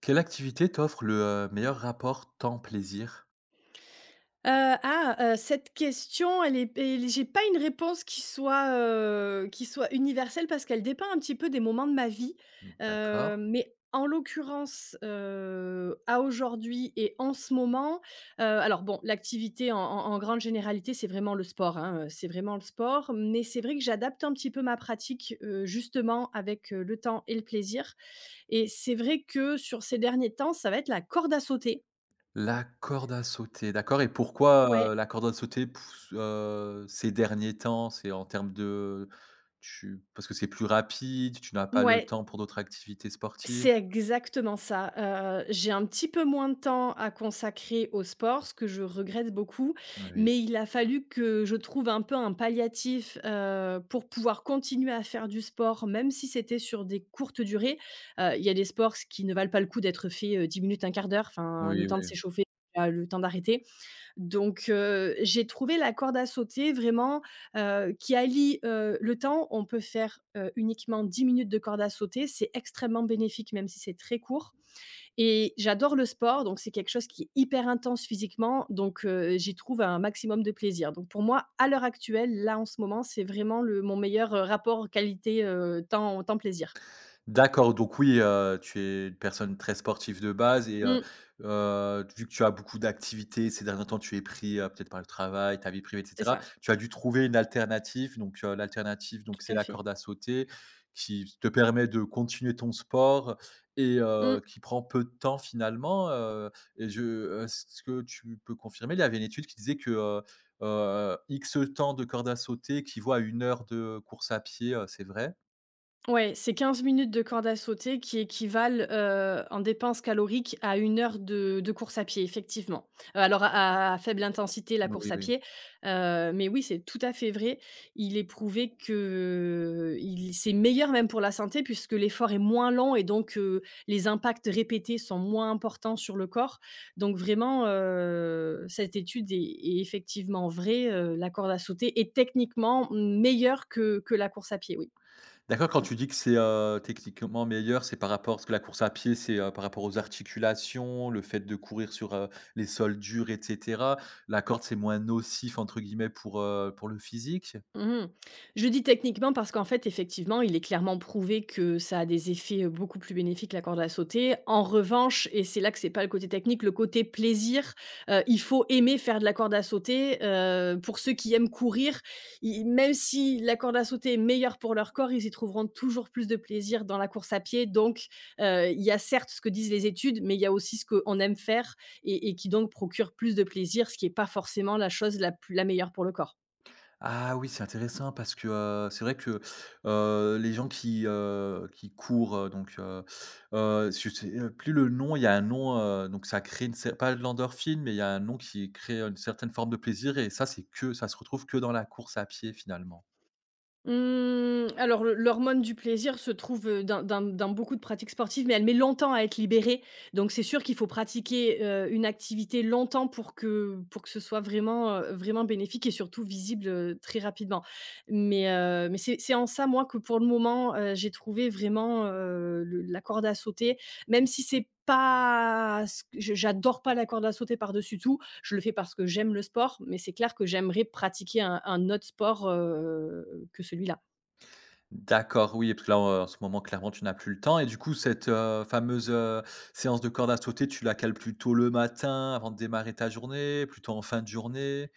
Quelle activité t'offre le, meilleur rapport temps-plaisir? Heu, cette question, elle j'ai pas une réponse qui soit universelle parce qu'elle dépend un petit peu des moments de ma vie, Mmh. D'accord. mais en l'occurrence, à aujourd'hui et en ce moment, alors bon, l'activité en grande généralité, c'est vraiment le sport, hein, c'est vraiment le sport, mais c'est vrai que j'adapte un petit peu ma pratique, justement avec, le temps et le plaisir et c'est vrai que sur ces derniers temps, ça va être la corde à sauter. La corde à sauter, d'accord. Et pourquoi, Ouais, la corde à sauter pouss ces derniers temps? C'est en termes de, tu, parce que c'est plus rapide, tu n'as pas le ouais. temps pour d'autres activités sportives? C'est exactement ça. J'ai un petit peu moins de temps à consacrer au sport, ce que je regrette beaucoup, Oui. mais il a fallu que je trouve un peu un palliatif, pour pouvoir continuer à faire du sport, même si c'était sur des courtes durées. Il y a des sports qui ne valent pas le coup d'être faits, 10 minutes, un quart d'heure, enfin, Oui, le temps de oui. s'échauffer, le temps d'arrêter. Donc, j'ai trouvé la corde à sauter vraiment, qui allie, le temps. On peut faire, uniquement 10 minutes de corde à sauter. C'est extrêmement bénéfique, même si c'est très court et j'adore le sport, donc c'est quelque chose qui est hyper intense physiquement, donc j'y trouve un maximum de plaisir. Donc pour moi, à l'heure actuelle, là, en ce moment, c'est vraiment le mon meilleur, rapport qualité, temps plaisir. D'accord, donc oui, tu es une personne très sportive de base. Et Mmh, vu que tu as beaucoup d'activités ces derniers temps, tu es pris, peut-être par le travail, ta vie privée, et c'est cetera. ça, Tu as dû trouver une alternative, donc l'alternative, donc c'est tout à la fait. corde à sauter qui te permet de continuer ton sport et Mmh. qui prend peu de temps finalement. Et je est-ce que tu peux confirmer? Il y avait une étude qui disait que, X temps de corde à sauter équivaut à une heure de course à pied, c'est vrai? Ouais, c'est 15 minutes de corde à sauter qui équivalent, en dépenses caloriques à une heure de course à pied, effectivement. Alors à faible intensité, la Oui, course à oui. pied, mais oui, c'est tout à fait vrai. Il est prouvé qu'il c'est meilleur même pour la santé puisque l'effort est moins long et donc les impacts répétés sont moins importants sur le corps. Donc vraiment, cette étude est effectivement vraie, la corde à sauter est techniquement meilleure que la course à pied, oui. D'accord, quand tu dis que c'est, techniquement meilleur, c'est par rapport parce que la course à pied, c'est, par rapport aux articulations, le fait de courir sur, les sols durs, et cetera. La corde, c'est moins «nocif» entre guillemets pour le physique? Mmh. Je dis techniquement parce qu'en fait, effectivement, il est clairement prouvé que ça a des effets, beaucoup plus bénéfiques, que la corde à sauter. En revanche, et c'est là que c'est pas le côté technique, le côté plaisir, il faut aimer faire de la corde à sauter. Pour ceux qui aiment courir, i même si la corde à sauter est meilleure pour leur corps, ils y trouveront toujours plus de plaisir dans la course à pied. Donc, il y a certes ce que disent les études, mais il y a aussi ce qu'on aime faire et qui donc procure plus de plaisir, ce qui est pas forcément la chose la plus la meilleure pour le corps. Ah oui, c'est intéressant parce que, c'est vrai que, les gens qui courent, donc, je sais, plus le nom. Il y a un nom, donc ça crée une cer pas de l'endorphine, mais il y a un nom qui crée une certaine forme de plaisir et ça, c'est que ça se retrouve que dans la course à pied finalement. Mmh, alors le l'hormone du plaisir se trouve, dans dans beaucoup de pratiques sportives, mais elle met longtemps à être libérée. Donc c'est sûr qu'il faut pratiquer, une activité longtemps pour que ce soit vraiment, vraiment bénéfique et surtout visible, très rapidement. Mais c'est en ça, moi, que pour le moment, j'ai trouvé vraiment, le la corde à sauter, même si c'est pas ce que je j'adore pas la corde à sauter par-dessus tout, je le fais parce que j'aime le sport, mais c'est clair que j'aimerais pratiquer un autre sport que celui-là. D'accord, oui, parce que là, en ce moment, clairement, tu n'as plus le temps et du coup, cette, fameuse, séance de corde à sauter, tu la cales plutôt le matin avant de démarrer ta journée, plutôt en fin de journée?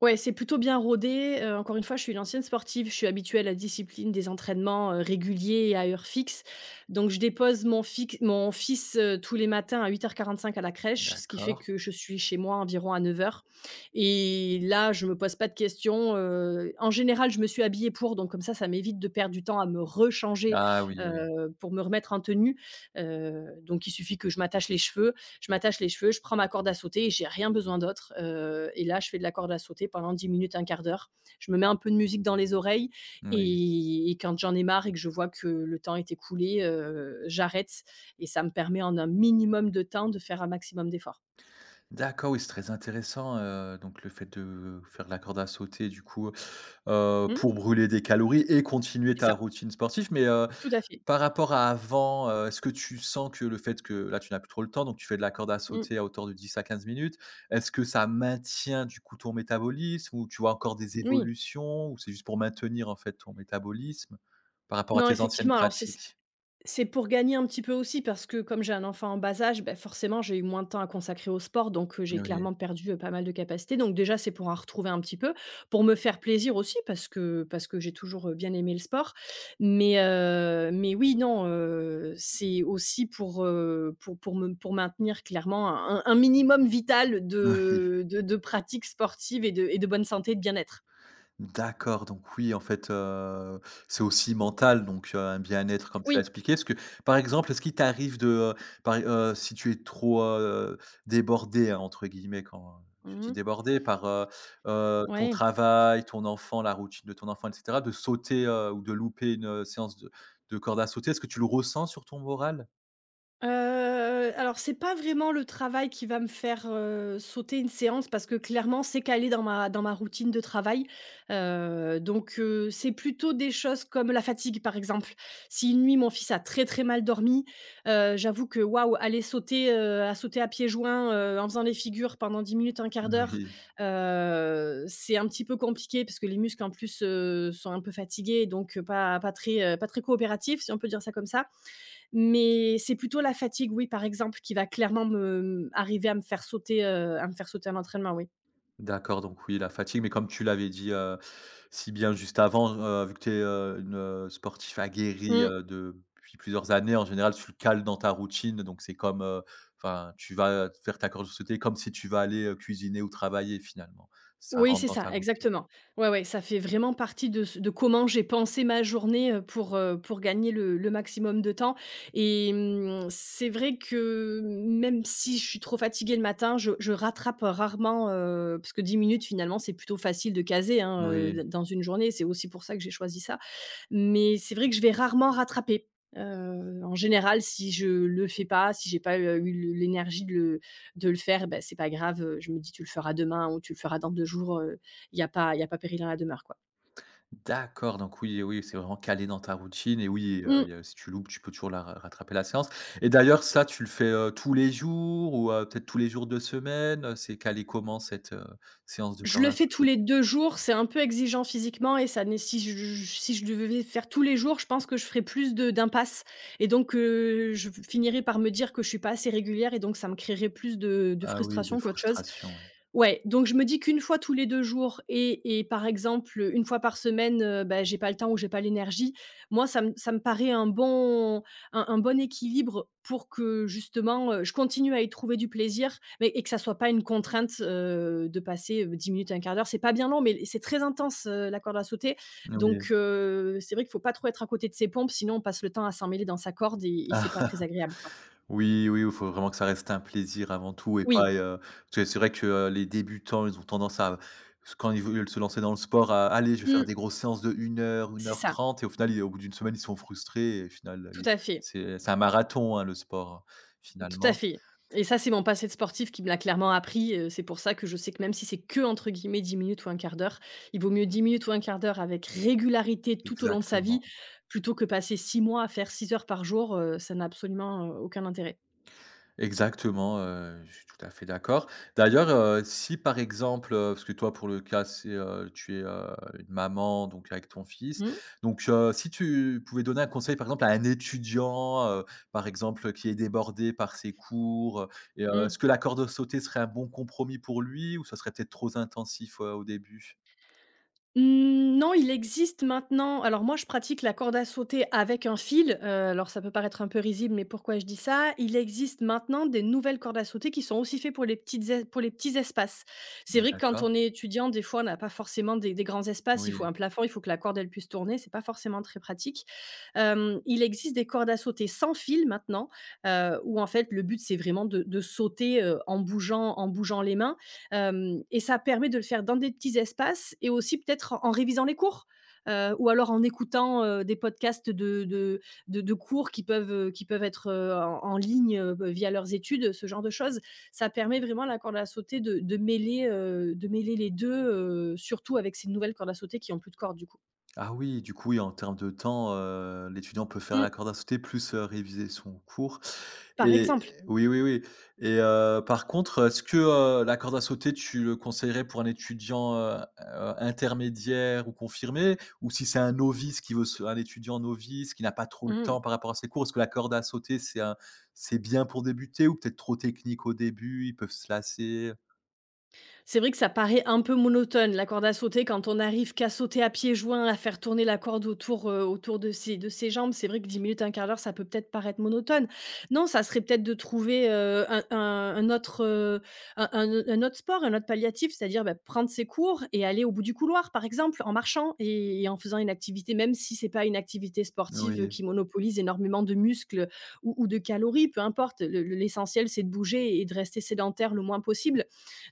Ouais, c'est plutôt bien rodé, encore une fois, je suis une ancienne sportive, je suis habituée à la discipline des entraînements, réguliers et à heure fixe. Donc je dépose mon fils, tous les matins à 08:45 à la crèche, ce qui fait D'accord. que je suis chez moi environ à 09:00 et là, je me pose pas de questions, en général, je me suis habillée pour, donc comme ça m'évite de perdre du temps à me rechanger, Ah oui, oui, pour me remettre en tenue, donc il suffit que je m'attache les cheveux, je m'attache les cheveux, je prends ma corde à sauter et j'ai rien besoin d'autre. Et là, je fais de la corde à sauter pendant 10 minutes, un quart d'heure. Je me mets un peu de musique dans les oreilles oui. Et quand j'en ai marre et que je vois que le temps est écoulé, j'arrête et ça me permet en un minimum de temps de faire un maximum d'efforts. D'accord, oui, c'est très intéressant, donc le fait de faire la corde à sauter, du coup, Mmh, pour brûler des calories et continuer c'est ta ça, routine sportive, mais tout à fait. par rapport à avant, est-ce que tu sens que le fait que là, tu n'as plus trop le temps, donc tu fais de la corde à Mmh, sauter à hauteur de 10 à 15 minutes. Est-ce que ça maintient du coup ton métabolisme ou tu vois encore des oui. évolutions ou c'est juste pour maintenir en fait ton métabolisme par rapport à Non, tes anciennes effectivement, alors c'est pratiques? C'est pour gagner un petit peu aussi parce que comme j'ai un enfant en bas âge, bah, forcément j'ai eu moins de temps à consacrer au sport donc j'ai Oui, clairement perdu, pas mal de capacités donc déjà c'est pour en retrouver un petit peu, pour me faire plaisir aussi parce que j'ai toujours, bien aimé le sport mais oui, non, c'est aussi pour me pour maintenir clairement un minimum vital oui. de pratiques sportives et de bonne santé et de bien-être. D'accord, donc oui, en fait, c'est aussi mental, donc un bien-être comme tu l'as Oui. expliqué. Est-ce que, par exemple, est-ce qu'il t'arrive de, par si tu es trop, «débordé», hein, entre guillemets, quand, je dis Mmh. débordé par, ton Ouais. travail, ton enfant, la routine de ton enfant, et cetera, de sauter, ou de louper une, séance de corde à sauter, est-ce que tu le ressens sur ton moral? Alors c'est pas vraiment le travail qui va me faire, sauter une séance parce que clairement c'est calé dans ma routine de travail. Donc c'est plutôt des choses comme la fatigue, par exemple. Si une nuit mon fils a très, très mal dormi, j'avoue que waouh, aller sauter, à sauter à pieds joints, en faisant les figures pendant 10 minutes, un quart d'heure, Oui. C'est un petit peu compliqué parce que les muscles en plus, sont un peu fatigués donc pas pas très, pas très coopératifs si on peut dire ça comme ça. Mais c'est plutôt la fatigue, oui, par exemple, qui va clairement me mmh, arriver à me faire sauter, à me faire sauter un entraînement, oui. D'accord, donc oui, la fatigue, mais comme tu l'avais dit, si bien juste avant, vu que tu es, une, sportive aguerrie, Mmh. Depuis plusieurs années, en général, tu le cales dans ta routine, donc c'est comme, enfin, tu vas faire ta corde à sauter comme si tu vas aller, cuisiner ou travailler finalement. Ça Oui, rentre c'est dans ça, ta routine. exactement. Ouais, ouais, ça fait vraiment partie de ce de comment j'ai pensé ma journée, pour gagner le maximum de temps et mmh, c'est vrai que même si je suis trop fatiguée le matin, je rattrape rarement, parce que 10 minutes finalement, c'est plutôt facile de caser, hein, Oui. d dans une journée. C'est aussi pour ça que j'ai choisi ça. Mais c'est vrai que je vais rarement rattraper. En général, si je le fais pas, si j'ai pas, eu le l'énergie de le faire, bah, c'est pas grave, je me dis: «Tu le feras demain ou tu le feras dans 2 jours», il y a pas il y a pas péril à la demeure, quoi. D'accord, donc oui, oui, c'est vraiment calé dans ta routine et oui, Mmh. il y a, si tu loupes, tu peux toujours la ra rattraper la séance. Et d'ailleurs ça, tu le fais, tous les jours ou peut-être tous les jours de semaine, c'est calé comment cette, séance de Je corde le à fais tous sauter? les 2 jours, c'est un peu exigeant physiquement et ça né si je si je devais faire tous les jours, je pense que je ferais plus de d'impasses et donc je finirais par me dire que je suis pas assez régulière et donc ça me créerait plus de Ah oui, de frustration qu'autre chose. frustration, oui. Ouais, donc je me dis qu'une fois tous les 2 jours et par exemple, une fois par semaine, bah, j'ai pas le temps ou j'ai pas l'énergie. Moi, ça me paraît un bon un bon équilibre pour que justement, je continue à y trouver du plaisir, mais et que ça soit pas une contrainte, de passer, 10 minutes, un quart d'heure. C'est pas bien long, mais c'est très intense, la corde à sauter. Donc Oui. C'est vrai qu'il faut pas trop être à côté de ses pompes, sinon on passe le temps à s'emmêler dans sa corde et c'est pas très agréable, quoi. Oui, oui, il faut vraiment que ça reste un plaisir avant tout et pas, Oui, parce que c'est vrai que, les débutants, ils ont tendance à, quand ils veulent se lancer dans le sport à: aller, je vais faire mmh, des grosses séances de une c'est heure ça, 30, et au final, ils, au bout d'une semaine, ils sont frustrés et au final, tout ils, à fait. c'est un marathon, hein, le sport, Tout à finalement. fait et ça, c'est mon passé de sportif qui me l'a clairement appris, c'est pour ça que je sais que même si c'est que entre guillemets 10 minutes ou un quart d'heure», il vaut mieux 10 minutes ou un quart d'heure avec régularité tout au long de sa vie, Exactement. plutôt que passer 6 mois à faire 6 heures par jour, ça n'a absolument, aucun intérêt. Exactement, je suis tout à fait d'accord. D'ailleurs, si par exemple, parce que toi pour le cas c'est, tu es, une maman donc avec ton fils, Mmh donc si tu pouvais donner un conseil par exemple à un étudiant, par exemple, qui est débordé par ses cours, et mmh. est-ce que la corde sautée serait un bon compromis pour lui ou ça serait peut-être trop intensif, au début? Mmh, non, il existe maintenant alors moi, je pratique la corde à sauter avec un fil, alors ça peut paraître un peu risible, mais pourquoi je dis ça? Il existe maintenant des nouvelles cordes à sauter qui sont aussi faites pour les petites es pour les petits espaces. C'est vrai que quand D'accord, on est étudiant, des fois, on n'a pas forcément des grands espaces, il faut oui. un plafond, il faut que la corde, elle puisse tourner, c'est pas forcément très pratique. Il existe des cordes à sauter sans fil maintenant, où en fait le but c'est vraiment de sauter, en bougeant les mains, hem et ça permet de le faire dans des petits espaces et aussi peut-être en révisant les cours, ou alors en écoutant, des podcasts de cours qui peuvent être, en ligne, bah, via leurs études, ce genre de choses. Ça permet vraiment à la corde à sauter de mêler, de mêler les 2, surtout avec ces nouvelles cordes à sauter qui ont plus de cordes du coup. Ah oui, du coup, oui, en termes de temps, l'étudiant peut faire la Mmh, corde à sauter, plus, réviser son cours, par et exemple. oui, oui, oui. Et par contre, est-ce que, la corde à sauter, tu le conseillerais pour un étudiant, intermédiaire ou confirmé? Ou si c'est un novice qui veut se un étudiant novice qui n'a pas trop le temps Mmh. par rapport à ses cours, est-ce que la corde à sauter, c'est bien pour débuter ou peut-être trop technique au début, ils peuvent se lasser? C'est vrai que ça paraît un peu monotone, la corde à sauter, quand on n'arrive qu'à sauter à pieds joints, à faire tourner la corde autour, autour de ses jambes. C'est vrai que 10 minutes, un quart d'heure, ça peut peut-être paraître monotone. Non, ça serait peut-être de trouver, un autre, un autre sport, un autre palliatif, c'est-à-dire, bah, prendre ses cours et aller au bout du couloir, par exemple, en marchant et en faisant une activité, même si c'est pas une activité sportive, Oui. qui monopolise énormément de muscles ou de calories, peu importe. Le l'essentiel, c'est de bouger et de rester sédentaire le moins possible.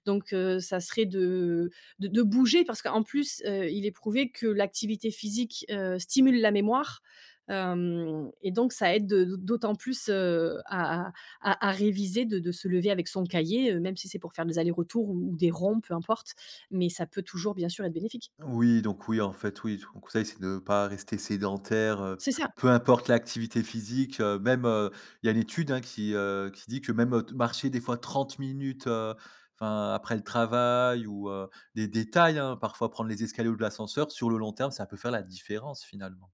Donc, ça serait de bouger parce qu'en plus, il est prouvé que l'activité physique, stimule la mémoire, hem et donc ça aide de d'autant plus, à réviser, de se lever avec son cahier, même si c'est pour faire des allers-retours ou des ronds, peu importe, mais ça peut toujours bien sûr être bénéfique. Oui, donc oui, en fait, oui, mon conseil, c'est de ne pas rester sédentaire, C'est ça. peu importe l'activité physique, même, il y a une étude, hein, qui dit que même, marcher des fois 30 minutes, enfin, après le travail ou, des détails, hein, parfois prendre les escaliers ou de l'ascenseur, sur le long terme, ça peut faire la différence, finalement.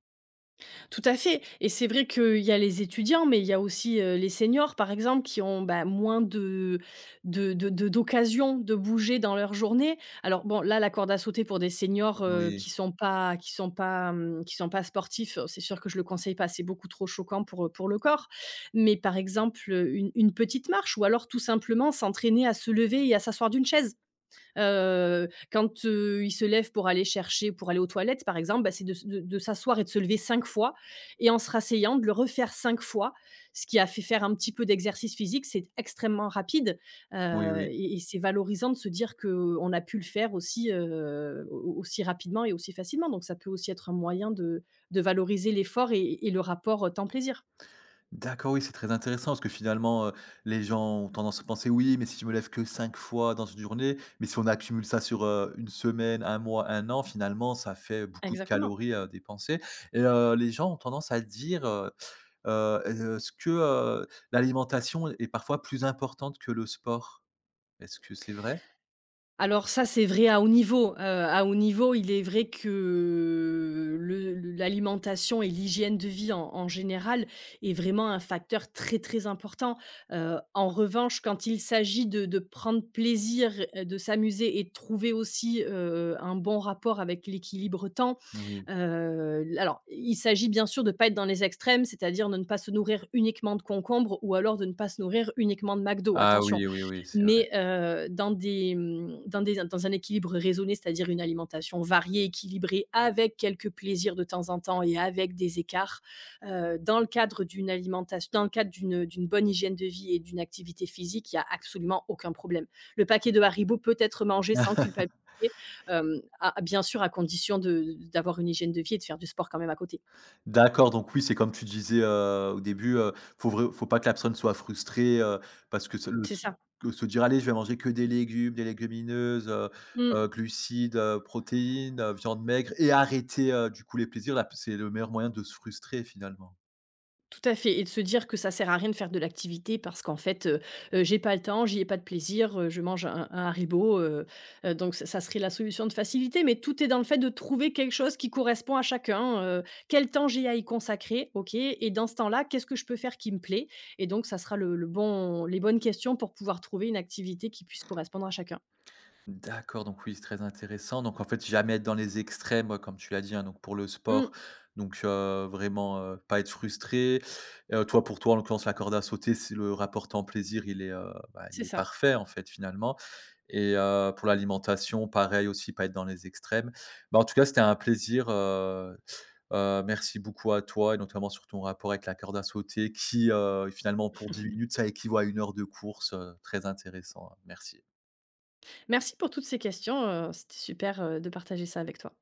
Tout à fait et c'est vrai qu'il y a les étudiants, mais il y a aussi, les seniors, par exemple, qui ont, bah, moins de d'occasions de bouger dans leur journée. Alors bon, là, la corde à sauter pour des seniors, Oui, qui sont pas qui sont pas sportifs, c'est sûr que je le conseille pas, c'est beaucoup trop choquant pour le corps. Mais par exemple, une petite marche ou alors tout simplement s'entraîner à se lever et à s'asseoir d'une chaise. Quand, il se lève pour aller chercher pour aller aux toilettes, par exemple, bah, c'est de s de s'asseoir et de se lever 5 fois et en se rasseyant, de le refaire 5 fois, ce qui a fait faire un petit peu d'exercice physique. C'est extrêmement rapide, heu oui, oui. Et c'est valorisant de se dire qu'on a pu le faire aussi, au aussi rapidement et aussi facilement. Donc ça peut aussi être un moyen de valoriser l'effort et le rapport, temps plaisir. D'accord, oui, c'est très intéressant parce que finalement, les gens ont tendance à penser: «Oui, mais si je me lève que 5 fois dans une journée», mais si on accumule ça sur, une semaine, un mois, un an, finalement, ça fait beaucoup de Exactement. calories à dépenser. Et les gens ont tendance à dire, est-ce que, l'alimentation est parfois plus importante que le sport? Est-ce que c'est vrai? Alors ça, c'est vrai à haut niveau. À haut niveau, il est vrai que le l'alimentation et l'hygiène de vie en général est vraiment un facteur très, très important. En revanche, quand il s'agit de prendre plaisir, de s'amuser et de trouver aussi, un bon rapport avec l'équilibre temps, Oui. Alors il s'agit bien sûr de ne pas être dans les extrêmes, c'est-à-dire de ne pas se nourrir uniquement de concombres ou alors de ne pas se nourrir uniquement de McDo, Ah attention. oui, oui, oui, c'est Mais, dans des, dans un équilibre raisonné, c'est-à-dire une alimentation variée, équilibrée, avec quelques plaisirs de temps en temps et avec des écarts, dans le cadre d'une alimentation dans le cadre d'une d'une bonne hygiène de vie et d'une activité physique, il y a absolument aucun problème. Le paquet de Haribo peut être mangé sans vrai. culpabiliser, à bien sûr à condition de d'avoir une hygiène de vie et de faire du sport quand même à côté. D'accord, donc oui, c'est comme tu disais, au début, faut pas que la personne soit frustrée, parce que se le C'est se ça. que se dire: «Allez, je vais manger que des légumes, des légumineuses, Mmh. Glucides, protéines, viande maigre» et arrêter, du coup les plaisirs, là c'est le meilleur moyen de se frustrer finalement. Tout à fait et de se dire que ça sert à rien de faire de l'activité parce qu'en fait, j'ai pas le temps, j'y ai pas de plaisir, je mange un Haribo, donc ça serait la solution de facilité mais tout est dans le fait de trouver quelque chose qui correspond à chacun, quel temps j'ai à y consacrer? OK et dans ce temps-là, qu'est-ce que je peux faire qui me plaît? Et donc ça sera le bon les bonnes questions pour pouvoir trouver une activité qui puisse correspondre à chacun. D'accord, donc oui, c'est très intéressant. Donc en fait, jamais être dans les extrêmes, ouais, comme tu l'as dit, hein, donc pour le sport, Mmh, donc vraiment, pas être frustré. Toi, pour toi, en l'occurrence, la corde à sauter, c'est le rapport temps-plaisir, il est, bah, il c'est est ça. parfait, en fait, finalement. Et pour l'alimentation, pareil aussi, pas être dans les extrêmes. Bah, en tout cas, c'était un plaisir, merci beaucoup à toi et notamment sur ton rapport avec la corde à sauter qui, finalement, pour 10 minutes, ça équivaut à une heure de course, très intéressant, hein. Merci. Merci pour toutes ces questions, c'était super, de partager ça avec toi.